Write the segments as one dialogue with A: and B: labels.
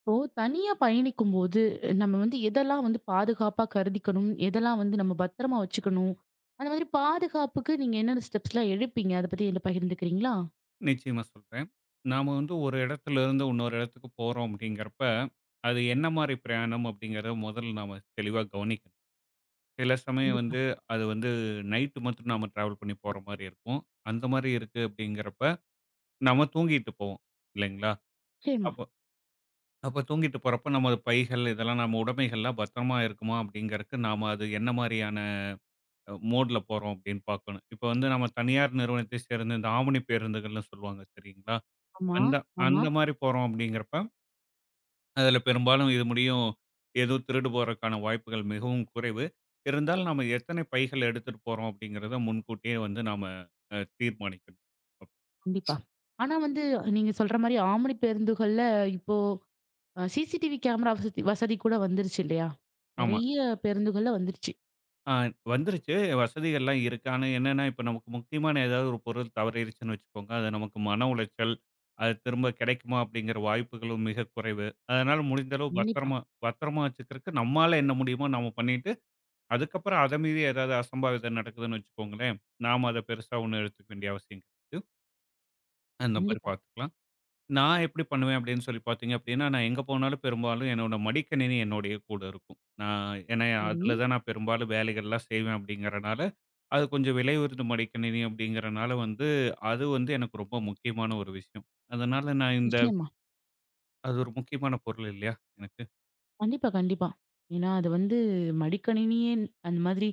A: இப்போ தனியா பயணிக்கும்போது நம்ம வந்து எதெல்லாம் வந்து பாதுகாப்பா கருதிக்கணும்? எதெல்லாம் வந்து நம்ம பத்திரமா வச்சுக்கணும்? அந்த மாதிரி பாதுகாப்புக்கு நீங்க என்னென்ன ஸ்டெப்ஸ்லாம் எடுப்பீங்க? அத பத்தி என்ட்ட பகிர்ந்துக்கிறீங்களா?
B: நிச்சயமா சொல்றேன். நாம வந்து ஒரு இடத்துல இருந்து இன்னொரு இடத்துக்கு போறோம் அப்படிங்கிறப்ப, அது என்ன மாரி பிரயாணம் அப்படிங்கிறத முதல்ல நாம தெளிவா கவனிக்கணும். சில சமயம்
A: கண்டிப்பா.
B: வந்து அது வந்து நைட் மட்டும் நாம டிராவல் பண்ணி போற மாரி இருக்கும். அந்த மாரி இருக்கு அப்படிங்கிறப்ப, நம்ம தூங்கிட்டு போவோம் இல்லைங்களா?
A: நிச்சயமா.
B: அப்போ அப்போ தூங்கிட்டு போறப்ப நமது பைகள் இதெல்லாம் நம்ம உடைமைகள்லாம் பத்திரமா இருக்குமா அப்படிங்கிறதுக்கு நாம அது என்ன மாரியான மோட்ல போறோம் அப்படின்னு பார்க்கணும். இப்போ வந்து நம்ம தனியார் நிறுவனத்தை சேர்ந்த இந்த ஆம்னி பேருந்துகள்னு சொல்லுவாங்க தெரியுங்களா?
A: ஆமா,
B: அந்த
A: ஆமா.
B: அந்த மாரி போறோம் அப்படிங்கிறப்ப, அதுல பெரும்பாலும் இது முடியும் ஏதோ திருடு போறக்கான வாய்ப்புகள் மிகவும் குறைவு. இருந்தாலும் நம்ம எத்தனை பைகள் எடுத்துட்டு போறோம் அப்படிங்கிறத முன்கூட்டியே வந்து நாம தீர்மானிக்கணும். அப்
A: கண்டிப்பா. ஆனா வந்து நீங்க சொல்ற மாரி ஆம்னி பேருந்துகள்ல இப்போ சிசிடிவி கேமரா வசதி வசதி கூட வந்துருச்சு இல்லையா?
B: ஆமா.
A: நெறைய பேருந்துகள்ல வந்துருச்சு.
B: ஆ வந்துருச்சு வசதிகள்லாம் இருக்கு. ஆனா என்னன்னா, இப்ப நமக்கு முக்கியமான ஏதாவது ஒரு பொருள் தவறிருச்சுன்னு வச்சுக்கோங்க, அது நமக்கு மன உளைச்சல், அது திரும்ப கிடைக்குமா அப்படிங்கிற வாய்ப்புகளும் மிக குறைவு. அதனால முடிந்த அளவு
A: கண்டிப்பா,
B: பத்திரமா பத்திரமா வச்சுக்கிறதுக்கு நம்மால என்ன முடியுமோ நம்ம பண்ணிட்டு அதுக்கப்புறம் அத மீறி ஏதாவது அசம்பாவிதம் நடக்குதுன்னு வச்சுக்கோங்களேன், நாம அத பெருசா ஒண்ணும் எடுத்துக்க வேண்டிய அவசியம் கிடையாது. அந்த மாரி
A: கண்டிப்பா.
B: பார்த்துக்கலாம். நான் எப்படி பண்ணுவேன் அப்படின்னு சொல்லி பார்த்தீங்க அப்படின்னா, நான் எங்க போனாலும் பெரும்பாலும் என்னோட மடிக்கணினி என்னோடயே கூட இருக்கும். நான் ஏன்னா
A: சரி.
B: அதில தான் நான் பெரும்பாலும் வேலைகள்லாம் செய்வேன் அப்படிங்கிறனால, அது கொஞ்சம் விலை உயர்ந்த மடிக்கணினி அப்படிங்கிறனால வந்து, அது வந்து எனக்கு ரொம்ப முக்கியமான ஒரு விஷயம். அதனால நான் இந்த
A: நிச்சயமா.
B: அது ஒரு முக்கியமான பொருள் இல்லையா எனக்கு?
A: கண்டிப்பா, கண்டிப்பா. ஏன்னா அது வந்து மடிக்கணினியே அந்த மாதிரி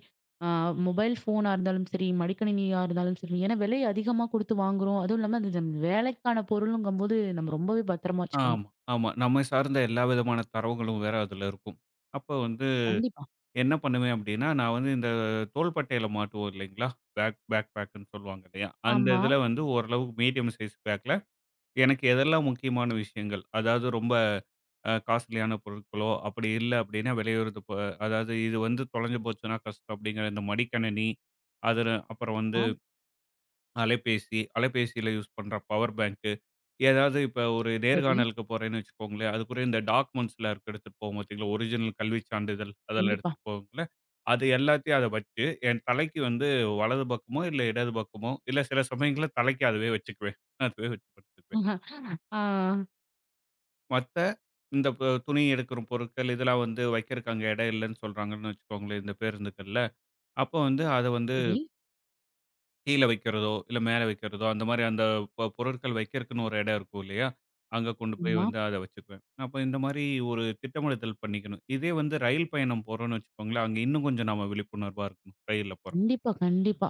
A: ஆ மொபைல் ஃபோனா இருந்தாலும் சரி, மடிக்கணினியா இருந்தாலும் சரி, ஏன்னா விலை அதிகமா குடுத்து வாங்குறோம். அதுவும் இல்லாம அது நம்ம வேலைக்கான பொருளுங்கும்போது நம்ம ரொம்பவே பத்திரமா வச்சுக்கணும்.
B: ஆமா, ஆமா. நம்மை சார்ந்த எல்லா விதமான தரவுகளும் வேற அதில இருக்கும். அப்ப வந்து
A: கண்டிப்பா.
B: என்ன பண்ணுவேன் அப்படின்னா, நான் வந்து இந்த தோள்பட்டையில மாட்டுவோம் இல்லைங்களா? பேக் பேக் பேக்குன்னு சொல்லுவாங்க இல்லையா? அந்த
A: ஆமா.
B: இதில வந்து ஓரளவுக்கு மீடியம் சைஸ் பேக்கில எனக்கு எதெல்லாம் முக்கியமான விஷயங்கள், அதாவது ரொம்ப காஸ்ட்லியான பொருட்களோ, அப்படி இல்ல அப்படின்னா விலையுறது அதாவது இது வந்து தொலைஞ்சு போச்சுன்னா கஷ்டம் அப்படிங்கிற இந்த மடிக்கணினி, அதில அப்புறம் வந்து
A: ஆமா.
B: அலைபேசி, அலைபேசியில யூஸ் பண்ற பவர் பேங்க் ஏதாவது இப்ப ஒரு
A: சரி.
B: நேர்காணலுக்கு போறேன்னு வச்சுக்கோங்களேன், அதுக்குரிய இந்த டாக்குமெண்ட்ஸ்லாம் இருக்கு எடுத்துட்டு போவோம் பார்த்தீங்களா? ஒரிஜினல் கல்விச் சான்றிதழ் அதெல்லாம்
A: கண்டிப்பா.
B: எடுத்துட்டு போவோம்ல. அது எல்லாத்தையும் அத வச்சு என் தலைக்கு வந்து வலது பக்கமோ, இல்ல இடது பக்கமோ, இல்ல சில சமயங்கள்ல தலைக்கு அதுவே வச்சுக்குவேன். அதுவே வச்சு படுத்துக்குவேன்.
A: ஆ.
B: மத்த இந்த துணி எடுக்கிற பொருட்கள் இதெல்லாம் வந்து வைக்கிறக்கு அங்க இடம் இல்லன்னு சொல்றாங்கன்னு வச்சுக்கோங்களேன், இந்த பேருந்துகள்ல. அப்போ வந்து அத வந்து
A: சரி.
B: கீழ வைக்கிறதோ, இல்ல மேல வைக்கிறதோ, அந்த மாரி அந்த பொருட்கள் வைக்கிறக்குன்னு ஒரு இடம் இருக்கும் இல்லையா? அங்க கொண்டு போய்
A: ஆமா.
B: வந்து அத வச்சுக்குவேன். அப்ப இந்த மாரி ஒரு திட்டமிடுதல் பண்ணிக்கணும். இதே வந்து ரயில் பயணம் போறோம்ன்னு வச்சுக்கோங்களேன், அங்க இன்னும் கொஞ்சம் நாம விழிப்புணர்வா இருக்கணும், ரயில்ல போறப்ப.
A: கண்டிப்பா, கண்டிப்பா.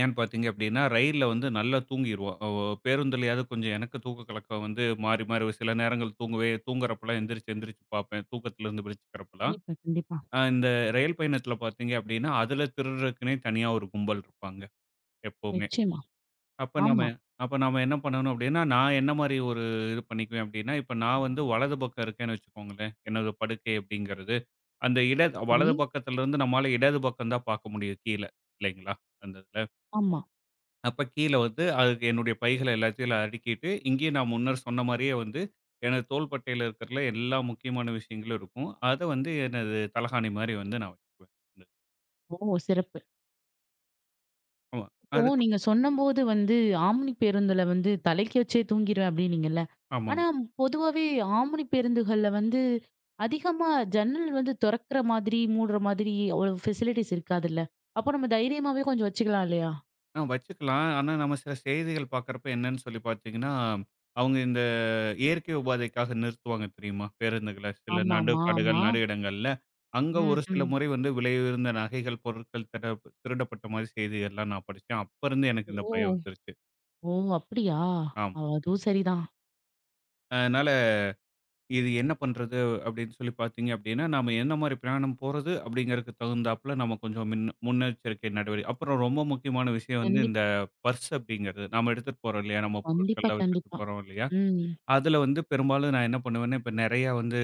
B: ஏன்னு பார்த்தீங்க அப்டின்னா, ரயில்ல வந்து நல்லா தூங்கிருவோம். அ ஒ பேருந்துலயாவது கொஞ்சம் எனக்கு தூக்க கலக்கம் வந்து மாறி, மாறி ஒரு சில நேரங்கள் தூங்கவே தூங்குறப்பலாம் எந்திரிச்சு, எந்திரிச்சு பார்ப்பேன். தூக்கத்துலருந்து விழிச்சுக்கிறப்பலாம்.
A: கண்டிப்பா, கண்டிப்பா.
B: இந்த ரயில் பயணத்தில பார்த்தீங்க அப்டின்னா, அதுல திருடுறதுக்குன்னே தனியா ஒரு கும்பல் இருப்பாங்க எப்பவுமே.
A: நிச்சயமா.
B: அப்ப நாம
A: ஆமா.
B: அப்ப நாம என்ன பண்ணணும் அப்படின்னா, நான் என்ன மாரி ஒரு இது பண்ணிக்குவேன் அப்படின்னா, இப்ப நான் வந்து வலது பக்கம் இருக்கேன்னு வச்சுக்கோங்களேன், என்னோட படுக்கை அப்படிங்கிறது. அந்த இடது
A: சரி.
B: வலது பக்கத்துலருந்து நம்மால இடது பக்கம் தான் பார்க்க முடியும் கீழ, இல்லைங்களா? அந்த இதுல.
A: ஆமா.
B: அப்ப கீழ வந்து அதுக்கு என்னுடைய பைகள எல்லாத்தையும் அதுல அடுக்கிட்டு, இங்கேயும் நான் முன்னர் சொன்ன மாரியே வந்து எனது தோள்பட்டையில இருக்கிறல எல்லா முக்கியமான விஷயங்களும் இருக்கும். அத வந்து எனது தலகாணி மாரி வந்து நான் வச்சுக்குவேன்.
A: ஓ! சிறப்பு.
B: ஆமா.
A: இப்போ
B: அதுக்கப்
A: நீங்க சொன்னம்போது வந்து, ஆம்னி பேருந்துல வந்து தலைக்கு வச்சே தூங்கிருவேன் அப்டின்னீங்கல்ல.
B: ஆமாங்க.
A: ஆனா பொதுவாவே ஆம்னி பேருந்துகள்ல வந்து அதிகமா ஜன்னல் வந்து தொறக்கிற மாதிரி, மூடுற மாதிரி அவ்வளவு ஃபெசிலிட்டிஸ் இருக்காதுல்ல. அப்போ நம்ம தைரியமாவே கொஞ்சம் வச்சுக்கலாம் இல்லையா?
B: வச்சுக்கலாம். ஆனா, நம்ம சில செய்திகள் பார்க்குறப்ப என்னன்னு சொல்லி பார்த்தீங்கன்னா, அவங்க இந்த இயற்கை உபாதைக்காக நிறுத்துவாங்க தெரியுமா? பேருந்துகள சில நடு
A: ஆமாமா, ஆமா. ஆமா.
B: காடுகள், நடு இடங்கள்ல. அங்க
A: ம்,
B: ஒரு சில
A: ம்.
B: முறை வந்து விலை உயர்ந்த நகைகள், பொருட்கள் திருடப்பட்ட மாரி செய்திகள்லாம் நான் படிச்சேன். அப்பருந்து எனக்கு இந்த
A: ஓ!
B: பயம் வந்துருச்சு.
A: ஓ! அப்படியா?
B: ஆம்.
A: அதுவும் சரிதான்.
B: அதனால இது என்ன பண்றது? அப்படின்னு சொல்லி பார்த்தீங்க அப்படின்னா, நாம என்ன மாரி பிரயாணம் போறது அப்படிங்கிறதுக்கு தகுந்தாப்புல நம்ம கொஞ்சம் முன்னெச்சரிக்கை அப்புறம் ரொம்ப முக்கியமான விஷயம் வந்து
A: கண்டிப்
B: இந்த பர்ஸ் அப்படிங்கிறது. நாம எடுத்துட்டு போறோம் இல்லையா? நம்ம
A: கண்டிப்பா,
B: பொருட்கள்லாம் வச்சுட்டு
A: கண்டிப்பா.
B: போறோம் இல்லையா?
A: ம்.
B: அதில வந்து பெரும்பாலும் நான் என்ன பண்ணுவேன்னா, இப்ப நெறையா வந்து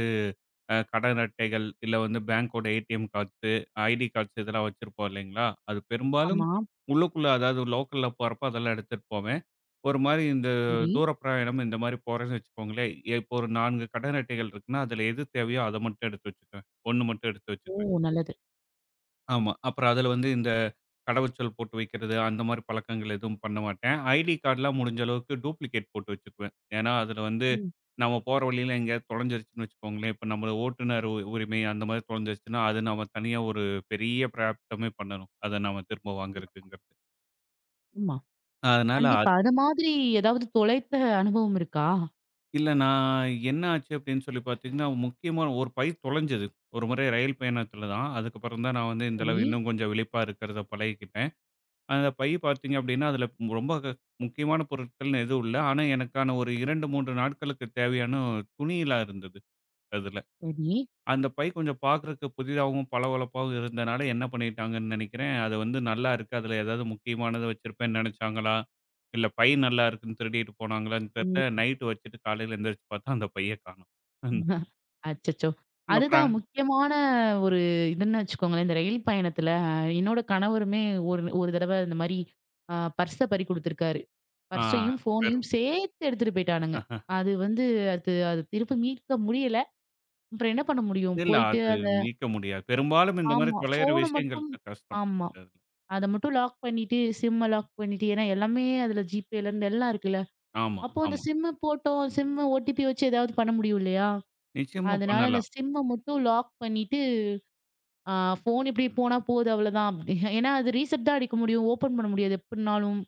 B: கடன் அட்டைகள், இல்ல வந்து பேங்கோட ஏடிஎம் கார்ட்ஸு, ஐடி கார்ட்ஸ் இதெல்லாம் வச்சிருப்போம் இல்லைங்களா? அது பெரும்பாலும்
A: ஆமா.
B: உள்ளுக்குள்ள அதாவது லோக்கல்ல போறப்ப அதெல்லாம் எடுத்துட்டு போவேன். ஒரு மாரி இந்த
A: சரி.
B: தூர பிரயாணம் இந்த மாரி போறேன்னு வச்சுக்கோங்களேன், இப்போ ஒரு 4 கடன் அட்டைகள் இருக்குன்னா, அதுல எது தேவையோ அத மட்டும் எடுத்து வச்சுக்குவேன். 1 மட்டும் எடுத்து
A: ஓ!
B: வச்சுக்குவேன்.
A: நல்லது.
B: ஆமா. அப்புறம் அதுல வந்து இந்த கடவுச்சொல் போட்டு வைக்கிறது, அந்த மாரி பழக்கங்கள் எதுவும் பண்ண மாட்டேன். ஐடி கார்ட்லாம் முடிஞ்ச அளவுக்கு டூப்ளிகேட் போட்டு வச்சுக்குவேன். ஏன்னா, அதுல வந்து
A: ம்.
B: நம்ம போற வழியில எங்கேயாவது தொலைஞ்சிருச்சுன்னு வச்சுக்கோங்களேன், இப்ப நம்மளோட ஓட்டுநர் உரிமை அந்த மாரி தொலைஞ்சிருச்சுன்னா, அது நாம தனியா ஒரு பெரிய பிராப்ளமே பண்ணணும். அத நாம திரும்ப வாங்குறதுக்குங்கிறது.
A: ஆமா.
B: அதனால
A: கண்டிப்பா. அது மாதிரி ஏதாவது தொலைத்த அனுபவம் இருக்கா?
B: இல்ல நான் என்ன ஆச்சு அப்படின்னு சொல்லி பார்த்தீங்கன்னா, முக்கியமா ஒரு பை தொலைஞ்சது. ஒரு முறை ரயில் பயணத்தில தான். அதுக்கப்புறம் தான் நான் வந்து இந்த
A: சரி.
B: அளவு இன்னும் கொஞ்சம் விழிப்பா இருக்கிறத பழகிக்கிட்டேன். அந்த பை பார்த்தீங்க அப்படின்னா, அதில ரொம்ப முக்கியமான பொருட்கள்னு எதுவும் இல்ல. ஆனா, எனக்கான ஒரு 2, 3 நாட்களுக்கு தேவையான துணிலாம் இருந்தது அதுல.
A: சரி.
B: அந்த பை கொஞ்சம் பார்க்கறக்கு புதிதாவும், பளபளப்பாவும் இருந்தனால என்ன பண்ணிட்டாங்கன்னு நெனைக்கிறேன், அது வந்து நல்லா இருக்கு. அதில ஏதாவது முக்கியமானத வச்சிருப்பேன்னு நெனைச்சாங்களா? இல்ல பை நல்லா இருக்குன்னு திருடிட்டு போனாங்களான்னு தெர்ல. நைட் வச்சுட்டு காலையில எந்திரிச்சு பார்த்தா அந்த பைய காணோம். அந்த
A: கண்டிப்பா. அச்சச்சோ!
B: இதுல.
A: அதுதான்
B: அப்புறம்
A: முக்கியமான ஒரு இதுன்னு வச்சுக்கோங்களேன். இந்த ரயில் பயணத்துல என்னோட கணவருமே ஒரு ஒரு தடவ இந்த மாரி பர்ஸ பறி குடுத்துருக்காரு.
B: ஆ
A: பர்ஸையும்,
B: பெரும்
A: ஃபோனையும் சேர்த்து எடுத்துட்டு போயிட்டானுங்க. அது வந்து அது அது திருப்பி மீட்க முடியல. அப்புறம் என்ன பண்ண முடியும்?
B: இல்ல
A: போயிட்டு
B: அது
A: அந்த.
B: மீட்க முடியாது. பெரும்பாலும் இந்த மாரி
A: ஆமா.
B: தொலையிற
A: ஃபோன
B: விஷயங்கள்
A: மட்டும்.
B: கஷ்டம்.
A: ஆமா. அத மட்டும் லாக் பண்ணிட்டு, சிம்ம லாக் பண்ணிட்டு ஏன்னா எல்லாமே அதுல ஜிபேல இருந்து எல்லாம் இருக்குல்ல.
B: ஆமா,
A: அப்போ அந்த
B: ஆமா.
A: சிம்ம போட்டோம், சிம்ம ஓடிபி வச்சு ஏதாவது பண்ண முடியும் இல்லையா?
B: நிச்சயமா
A: அதனால அந்த
B: பண்ணலாம்.
A: சிம்ம மட்டும் லாக் பண்ணிட்டு, ஆ ஃபோன் இப்படி போனா போது அவ்வளோதான். அப்படி ஏன்னா அது ரீசெட் தான் அடிக்க முடியும். ஓப்பன் பண்ண முடியாது எப்படினாலும்.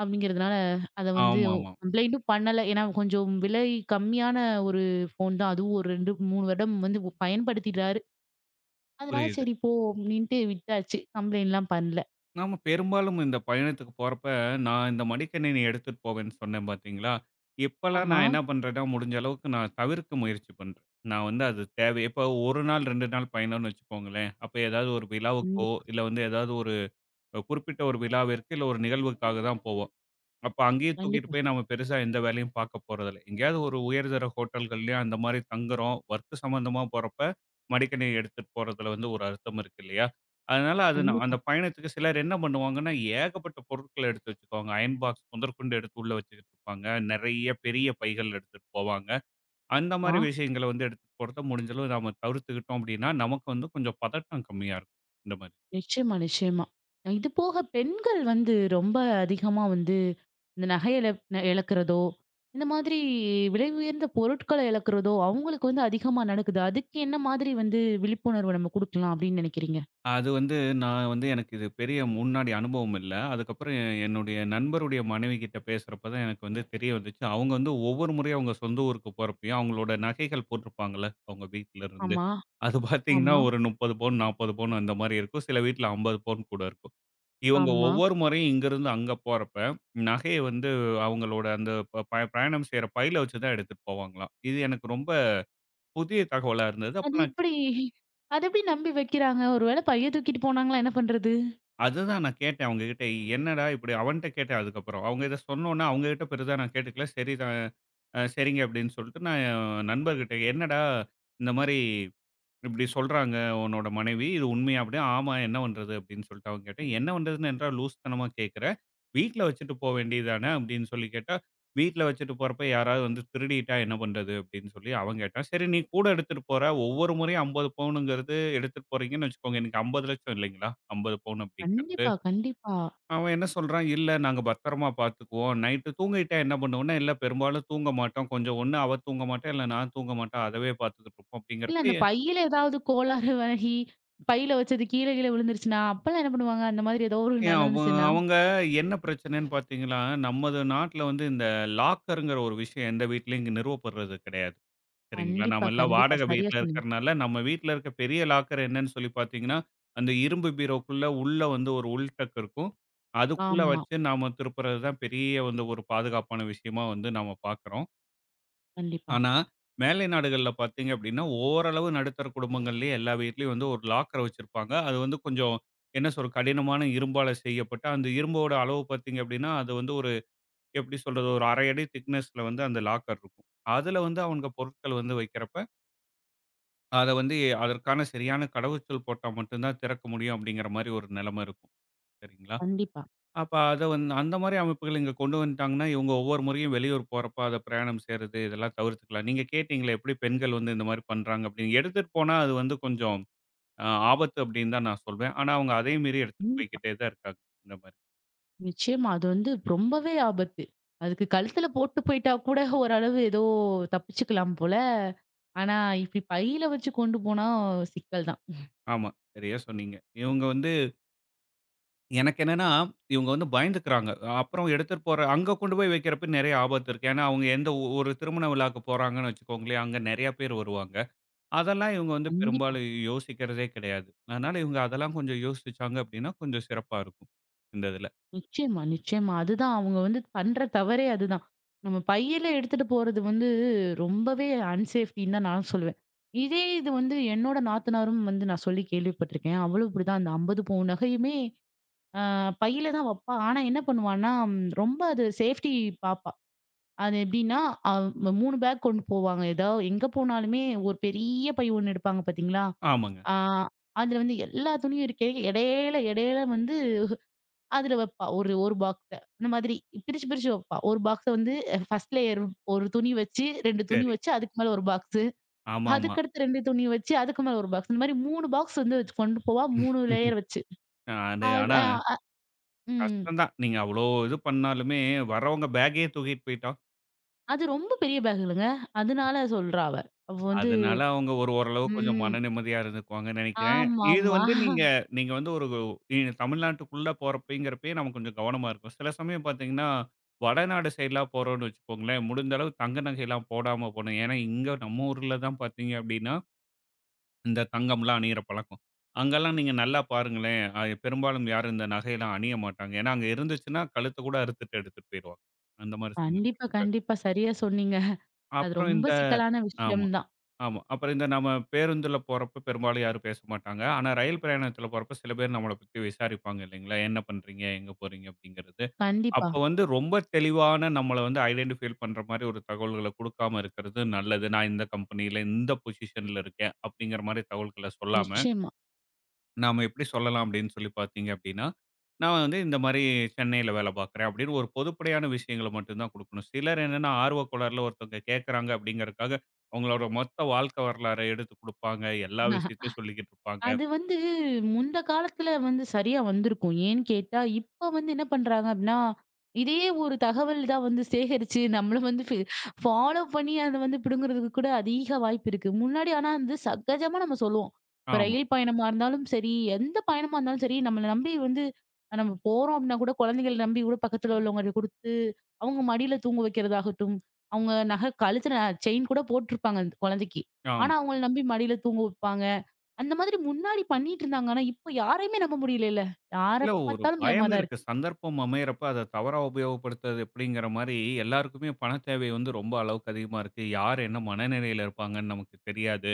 A: அப்படிங்கிறதுனால அத வந்து
B: ஆமாமா.
A: கம்ப்ளைண்டும் பண்ணல. ஏன்னா கொஞ்சம் விலை கம்மியான ஒரு ஃபோன் தான். அதுவும் ஒரு 2, 3 வருடம் வந்து பயன்படுத்திட்டாரு. அதனால
B: புரியுது.
A: சரி போ அப்படின்ட்டு விட்டாச்சு. கம்ப்ளைண்ட்லாம் பண்ணல.
B: நாம பெரும்பாலும் இந்த பயணத்துக்கு போறப்ப, நான் இந்த மடிக்கணினி எடுத்துட்டு போவேன்னு சொன்னேன் பார்த்தீங்களா? இப்பல்லாம்
A: ஆமா.
B: நான் என்ன பண்றேன்னா, முடிஞ்ச அளவுக்கு நான் தவிர்க்க முயற்சி பண்றேன். நான் வந்து அது தேவை இப்ப 1 நாள், 2 நாள் பயணம்னு வச்சுக்கோங்களேன். அப்ப ஏதாவது ஒரு விழாவுக்கோ,
A: கண்டிப்பா,
B: இல்ல வந்து ஏதாவது ஒரு குறிப்பிட்ட ஒரு விழாவிற்கு, இல்ல ஒரு நிகழ்வுக்காக தான் போவோம். அப்ப அங்கேயே தூக்கிட்டு
A: கண்டிப்பா,
B: போய் நம்ம பெருசா எந்த வேலையும் பார்க்க போறதில்ல. எங்கேயாவது ஒரு உயர்தர ஹோட்டல்கள்லயோ அந்த மாரி தங்குறோம். ஒர்க் சம்மந்தமா போறப்ப, மடிக்கணினி எடுத்துட்டு போறதுல வந்து ஒரு அர்த்தம் இருக்கு இல்லையா? அதனால அது நான்
A: கண்டிப்பா.
B: அந்த பயணத்துக்கு சிலர் என்ன பண்ணுவாங்கன்னா, ஏகப்பட்ட பொருட்கள எடுத்து வச்சுக்குவாங்க. அயர்ன் பாக்ஸ் முதற்கொண்டு எடுத்து உள்ள வச்சுக்கிட்டு இருப்பாங்க. நெறைய பெரிய பைகள் எடுத்துட்டு போவாங்க. அந்த
A: வா
B: மாரி விஷயங்கள வந்து எடுத்துட்டு போறத முடிஞ்ச அளவு நாம தவிர்த்துக்கிட்டோம் அப்படின்னா, நமக்கு வந்து கொஞ்சம் பதட்டம் கம்மியா இருக்கும். இந்த மாரி.
A: நிச்சயமா, நிச்சயமா. இது போக பெண்கள் வந்து ரொம்ப அதிகமா வந்து இந்த நகை இழக்கிறதோ, இந்த மாதிரி விலை உயர்ந்த பொருட்கள இழக்கிறதோ, அவங்களுக்கு வந்து அதிகமா நடக்குது. அதுக்கு என்ன மாதிரி வந்து விழிப்புணர்வு நம்ம குடுக்கலாம் அப்படின்னு நினைக்கிறீங்க?
B: அது வந்து நான் வந்து எனக்கு இது பெரிய முன்னாடி அனுபவம் இல்ல. அதுக்கப்புறம் என்னுடைய நண்பருடைய மனைவி கிட்ட பேசுறப்ப தான் எனக்கு வந்து தெரிய வந்துச்சு. அவங்க வந்து ஒவ்வொரு முறையும் அவங்க சொந்த ஊருக்கு போறப்பயும், அவங்களோட நகைகள் போட்டிருப்பாங்கல்ல, அவங்க வீட்ல இருந்து.
A: ஆமா,
B: அது பார்த்தீங்கன்னா,
A: ஆமா,
B: ஒரு 30 பவுன், 40 பவுன் அந்த மாரி இருக்கும். சில வீட்ல 50 பவுன் கூட இருக்கும். இவங்க
A: ஆமா.
B: ஒவ்வொரு முறையும் இங்கருந்து அங்க போறப்ப, நகைய வந்து அவங்களோட அந்த ப ப பயணம் செய்ற பையில வச்சு தான் எடுத்துட்டு போவாங்களாம். இது எனக்கு ரொம்ப புதிய தகவலா இருந்தது. அப்ப
A: அது
B: நான்
A: எப்படி அது எப்படி நம்பி வைக்கிறாங்க? ஒரு வேளை பைய தூக்கிட்டு போனாங்கன்னா என்ன பண்றது?
B: அதுதான் நான் கேட்டேன் அவங்ககிட்ட. என்னடா இப்படி அவன்ட்ட கேட்டேன் அதுக்கப்புறம். அவங்க இத சொன்னோனே அவங்ககிட்ட பெரிதா நான் கேட்டுக்கல. சரி தான் சரிங்க அப்படின்னு சொல்லிட்டு நான் என் நண்பர்கிட்ட என்னடா இந்த மாரி இப்படி சொல்றாங்க உன்னோட மனைவி. இது உண்மையா அப்படின்னா, ஆமா என்ன பண்றது அப்படின்னு சொல்லிட்டு அவன் கேட்டேன். என்ன பண்றதுன்னு என்றா லூஸ்தனமா கேட்கிற? வீட்ல வச்சுட்டு போ வேண்டியதுதானே அப்படின்னு சொல்லி கேட்டா, வீட்ல வச்சுட்டு போறப்ப யாராவது வந்து திருடிட்டா என்ன பண்றது அப்படின்னு சொல்லி அவன் கேட்டான். சரி நீ கூட எடுத்துட்டு போற. ஒவ்வொரு முறையும் 50 பவுனுங்கிறது எடுத்துட்டு போறீங்கன்னு வச்சுக்கோங்க. இன்னைக்கு 50,00,000 இல்லைங்களா? 50 பவுன் அப்படிங்கிறது.
A: கண்டிப்பா, கண்டிப்பா.
B: அவன் என்ன சொல்றான், "இல்ல நாங்க பத்திரமா பார்த்துக்குவோம். நைட்டு தூங்கிட்டா என்ன பண்ணுவோம்னா, இல்ல பெரும்பாலும் தூங்க மாட்டோம். கொஞ்சம் ஒண்ணு அவ தூங்க மாட்டா, இல்ல நான் தூங்க மாட்டேன். அதவே பார்த்துக்கிட்டு இருப்போம்."
A: இல்ல
B: அப்படிங்கிறப்ப
A: அந்த பையில ஏதாவது கோளாறு ஆகி, பையில வச்சது கீழ கீழ விழுந்துருச்சுன்னா, அப்பலாம் என்ன பண்ணுவாங்க? அந்த மாதிரி ஏதோ ஒரு
B: ஏன் அவ
A: நடந்துச்சுன்னா?
B: அவங்க என்ன பிரச்சனைன்னு பார்த்தீங்கன்னா, நமது நாட்ல வந்து இந்த லாக்கர்ங்கிற ஒரு விஷயம் எந்த வீட்லயும் இங்க நிறுவப்படுறது கிடையாது. சரிங்களா?
A: கண்டிப்பா,
B: நாம எல்லாம்
A: கண்டிப்பா.
B: வாடகை
A: சரியா
B: வீட்ல
A: சொன்னீங்க.
B: இருக்கிறனால, நம்ம வீட்ல இருக்க பெரிய லாக்கர் என்னன்னு சொல்லி பார்த்தீங்கன்னா, அந்த இரும்பு பீரோக்குள்ள உள்ள வந்து ஒரு உள்டக் இருக்கும். அதுக்குள்ள
A: ஆமா.
B: வச்சு நாம திருப்புறது தான் பெரிய வந்து ஒரு பாதுகாப்பான விஷயமா வந்து நாம பார்க்குறோம்.
A: கண்டிப்பா,
B: ஆனா, மேலை நாடுகள்ல பார்த்தீங்க அப்படின்னா, ஓரளவு நடுத்தர குடும்பங்கள்லயே எல்லா வீட்லயும் வந்து ஒரு லாக்கர் வச்சிருப்பாங்க. அது வந்து கொஞ்சம் என்ன சொல்றது? கடினமான இரும்பால செய்யப்பட்ட அந்த இரும்போட அளவு பார்த்தீங்க அப்படின்னா, அது வந்து ஒரு எப்படி சொல்றது? ஒரு 1/2 அடி திக்னஸ்ல வந்து அந்த லாக்கர் இருக்கும். அதுல வந்து அவங்க பொருட்கள் வந்து வைக்கிறப்ப, அத வந்து அதற்கான சரியான கடவுச்சொல் போட்டா மட்டும் தான் திறக்க முடியும் அப்படிங்கிற மாரி ஒரு நிலைமை இருக்கும். சரிங்களா?
A: கண்டிப்பா,
B: அப்ப அத வந்து அந்த மாரி அமைப்புகள் இங்க கொண்டு வந்துட்டாங்கன்னா, இவங்க ஒவ்வொரு முறையும் வெளியூர் போறப்ப அத பிரயாணம் செய்றது, இதெல்லாம் தவிர்த்துக்கலாம். நீங்க கேட்டீங்களே எப்படி பெண்கள் வந்து இந்த மாரி பண்றாங்க அப்படின்னு. எடுத்துட்டு போனா அது வந்து கொஞ்சம் ஆபத்து அப்படின்னு தான் நான் சொல்வேன். ஆனா அவங்க அதையும் மீறி எடுத்துட்டு
A: கண்டிப்பா.
B: போய்க்கிட்டே தான் இருக்காங்க. இந்த மாரி.
A: நிச்சயமா. அது வந்து ரொம்பவே ஆபத்து. அதுக்கு கழுத்துல போட்டு போயிட்டா கூட ஓரளவு ஏதோ தப்பிச்சுக்கலாம் போல. ஆனா, இப்டி பையில வச்சு கொண்டு போனா சிக்கல் தான்.
B: ஆமா, சரியா சொன்னீங்க. இவங்க வந்து எனக்கு என்னன்னா, இவங்க வந்து பயந்துக்கிறாங்க. அப்புறம் எடுத்துட்டு போற அங்க கொண்டு போய் வைக்கிறப்ப நெறைய ஆபத்து இருக்கு. ஏன்னா அவங்க எந்த ஒரு திருமண விழாக்கு போறாங்கன்னு வச்சுக்கோங்களேன், அங்க நெறைய பேர் வருவாங்க. அதெல்லாம் இவங்க வந்து
A: கண்டிப்பா.
B: பெரும்பாலும் யோசிக்கிறதே கிடையாது. அதனால இவங்க அதெல்லாம் கொஞ்சம் யோசிச்சாங்க அப்டின்னா, கொஞ்சம் சிறப்பா இருக்கும். இந்த இதுல.
A: நிச்சயமா, நிச்சயமா. அதுதான் அவங்க வந்து பண்ற தவறே அதுதான். நம்ம பையில எடுத்துட்டு போறது வந்து ரொம்பவே அன்சேஃப்டின்னு தான் நான் சொல்லுவேன். இதே இது வந்து என்னோட நாத்தனாரும் வந்து நான் சொல்லி கேள்விப்பட்டிருக்கேன். அவளும் இப்டிதான் அந்த 50 பவுன் நகையுமே ஆ பையில தான் வப்பா. ஆனா என்ன பண்ணுவான்னா, ரொம்ப அது சேஃப்டி பாப்பா. அது எப்படின்னா, அவ் 3 பேக் கொண்டு போவாங்க. ஏதோ எங்க போனாலுமே ஒரு பெரிய பை ஒண்ணு எடுப்பாங்க பார்த்தீங்களா?
B: ஆமாங்க.
A: ஆ அதுல வந்து எல்லா துணியும் இருக்கே. இடையில இடையில வந்து அதுல வப்பா. ஒரு ஒரு பாக்ஸ. இந்த மாதிரி பிரிச்சு பிரிச்சு வப்பா. ஒரு பாக்ஸ வந்து ஃபர்ஸ்ட் லேயர் ஒரு துணி வச்சு, 2 துணி
B: சரி.
A: வச்சு, அதுக்கு மேல ஒரு பாக்ஸு.
B: ஆமாமா.
A: அதுக்கடுத்து 2 துணி வச்சு, அதுக்கு மேல ஒரு பாக்ஸ். இந்த மாரி 3 பாக்ஸ் வந்து வச்சு கொண்டு போவா. 3 லேயர் வச்சு.
B: அது
A: அ
B: ஆனா
A: அ அ ம்.
B: கஷ்டம் தான். நீங்க அவ்ளோ இது பண்ணாலுமே, வரவங்க பேக்கயே தூக்கிட்டு போயிட்டா
A: அது ரொம்ப பெரிய பேக் இல்லங்க. அதனால சொல்றா அவ. அவ வந்து.
B: அதனால அவங்க ஒரு ஓரளவு கொஞ்சம்
A: ம்.
B: மன நிம்மதியா இருந்துக்குவாங்கன்னு நினைக்கிறேன். இது
A: ஆமாமா.
B: வந்து நீங்க நீங்க வந்து ஒரு தமிழ்நாட்டுக்குள்ள போறப்பங்கிறப்பயே நம்ம கொஞ்சம் கவனமா இருக்கும். சில சமயம் பார்த்தீங்கன்னா, வடநாடு சைட்லாம் போறோம்னு வச்சுக்கோங்களேன், முடிந்த அளவு தங்க நகைலாம் போடாம போணும். ஏன்னா, இங்க நம்ம ஊர்ல தான் பார்த்தீங்க அப்படின்னா, இந்த தங்கம்லாம் அணியிற பழக்கம். அங்கெல்லாம் நீங்க நல்லா பாருங்களேன், பெரும்பாலும் யாரும் இந்த நகையெல்லாம் அணிய மாட்டாங்க. ஏன்னா, அங்க இருந்துச்சுன்னா கழுத்த கூட அறுத்துட்டு எடுத்துட்டு போயிருவாங்க. அந்த மாரி சூழ்நிலை
A: கண்டிப்பா,
B: இருக்கு.
A: கண்டிப்பா. சரியா சொன்னீங்க. அது
B: அப்புறம்
A: ரொம்ப
B: இந்த
A: சிக்கலான
B: ஆமா.
A: விஷயம் தான்.
B: ஆமா. அப்புறம் இந்த நம்ம பேருந்துல போறப்ப பெரும்பாலும் யாரும் பேச மாட்டாங்க. ஆனா, ரயில் பிரயாணத்தில போறப்ப சில பேர் நம்மள பத்தி விசாரிப்பாங்க இல்லைங்களா? என்ன பண்றீங்க? எங்க போறீங்க? அப்படிங்கிறது.
A: கண்டிப்பா.
B: அப்போ வந்து ரொம்ப தெளிவான நம்மள வந்து ஐடென்டிஃபை பண்ற மாரி ஒரு தகவல்கள குடுக்காம இருக்கிறது நல்லது. நான் இந்த கம்பெனியில இந்த பொசிஷன்ல இருக்கேன் அப்படிங்கிற மாரி தகவல்கள சொல்லாம
A: நிச்சயமா.
B: நாம எப்படி சொல்லலாம் அப்படின்னு சொல்லி பார்த்தீங்க அப்படின்னா, நான் வந்து இந்த மாரி சென்னையில வேலை பார்க்குறேன் அப்படின்னு ஒரு பொதுப்படையான விஷயங்கள மட்டும் தான் குடுக்கணும். சிலர் என்னன்னா ஆர்வக் கோளாறுல ஒருத்தவங்க கேட்குறாங்க அப்படிங்கிறதுக்காக, அவங்களோட மொத்த வாழ்க்கை வரலாற எடுத்து குடுப்பாங்க. எல்லா விஷயத்தையும் சொல்லிக்கிட்டு இருப்பாங்க.
A: அது வந்து முந்த காலத்துல வந்து சரியா வந்திருக்கும். ஏன்னு கேட்டா, இப்ப வந்து என்ன பண்றாங்க அப்டின்னா, இதே ஒரு தகவல் தான் வந்து சேகரிச்சு நம்மள வந்து ஃபாலோ பண்ணி அத வந்து பிடுங்குறதுக்கு கூட அதிக வாய்ப்பு இருக்கு. முன்னாடி ஆனா வந்து சகஜமா நம்ம சொல்லுவோம். இப்ப
B: ஆமா,
A: ரயில் பயணமா இருந்தாலும் சரி, எந்த பயணமா இருந்தாலும் சரி, நம்மள நம்பி வந்து நம்ம போறோம் அப்டின்னா கூட குழந்தைகள நம்பி கூட பக்கத்துல உள்ளவங்கட்ட குடுத்து, அவங்க மடியில தூங்க வைக்கிறதாகட்டும், அவங்க நகை கழுத்துல செயின் கூட போட்டிருப்பாங்க அந்த குழந்தைக்கு.
B: ஆமா.
A: ஆனா அவங்கள நம்பி மடியில தூங்க வைப்பாங்க. அந்த மாதிரி முன்னாடி பண்ணிட்டு இருந்தாங்க. ஆனா, இப்ப யாரையுமே நம்ப முடியலல்ல. யார
B: இல்ல ஒரு
A: பார்த்தாலும் பயமா
B: பயம்
A: தான்
B: இருக்கு.
A: இருக்கு.
B: சந்தர்ப்பம் அமையறப்ப அத தவறா உபயோகப்படுத்துறது எப்படிங்கிற மாரி எல்லாருக்குமே பணத் தேவை வந்து ரொம்ப அளவுக்கு அதிகமா இருக்கு. யார் என்ன மனநிலையில இருப்பாங்கன்னு நமக்கு தெரியாது.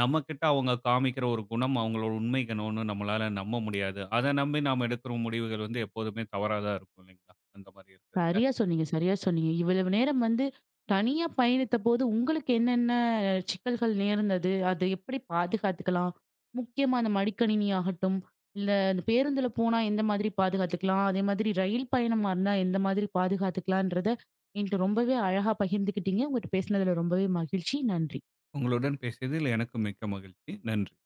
B: நம்மகிட்ட அவங்க காமிக்கிற ஒரு குணம் அவங்களோட உண்மை கணம்னு நம்மளால நம்ப முடியாது. அத நம்பி நாம எடுக்கிற முடிவுகள் வந்து எப்போதுமே தவறா தான் இருக்கும் இல்லைங்களா? அந்த மாரி இருக்கிறதுல.
A: சரியா சொன்னீங்க, சரியா சொன்னீங்க. இவ்வளவு நேரம் வந்து தனியா பயணித்தபோது உங்களுக்கு என்னென்ன சிக்கல்கள் நேர்ந்தது? அத எப்படி பாதுகாத்துக்கலாம்? முக்கியமா அந்த மடிக்கணினி ஆகட்டும், இல்ல இந்த பேருந்துல போனா எந்த மாதிரி பாதுகாத்துக்கலாம்? அதே மாதிரி ரயில் பயணமா இருந்தா எந்த மாதிரி பாதுகாத்துக்கலான்றத என்ட்ட ரொம்பவே அழகா பகிர்ந்துக்கிட்டீங்க. உங்கட்ட பேசினதுல ரொம்பவே மகிழ்ச்சி. நன்றி.
B: உங்களுடன் பேசியதில் எனக்கு மிக்க மகிழ்ச்சி. நன்றி.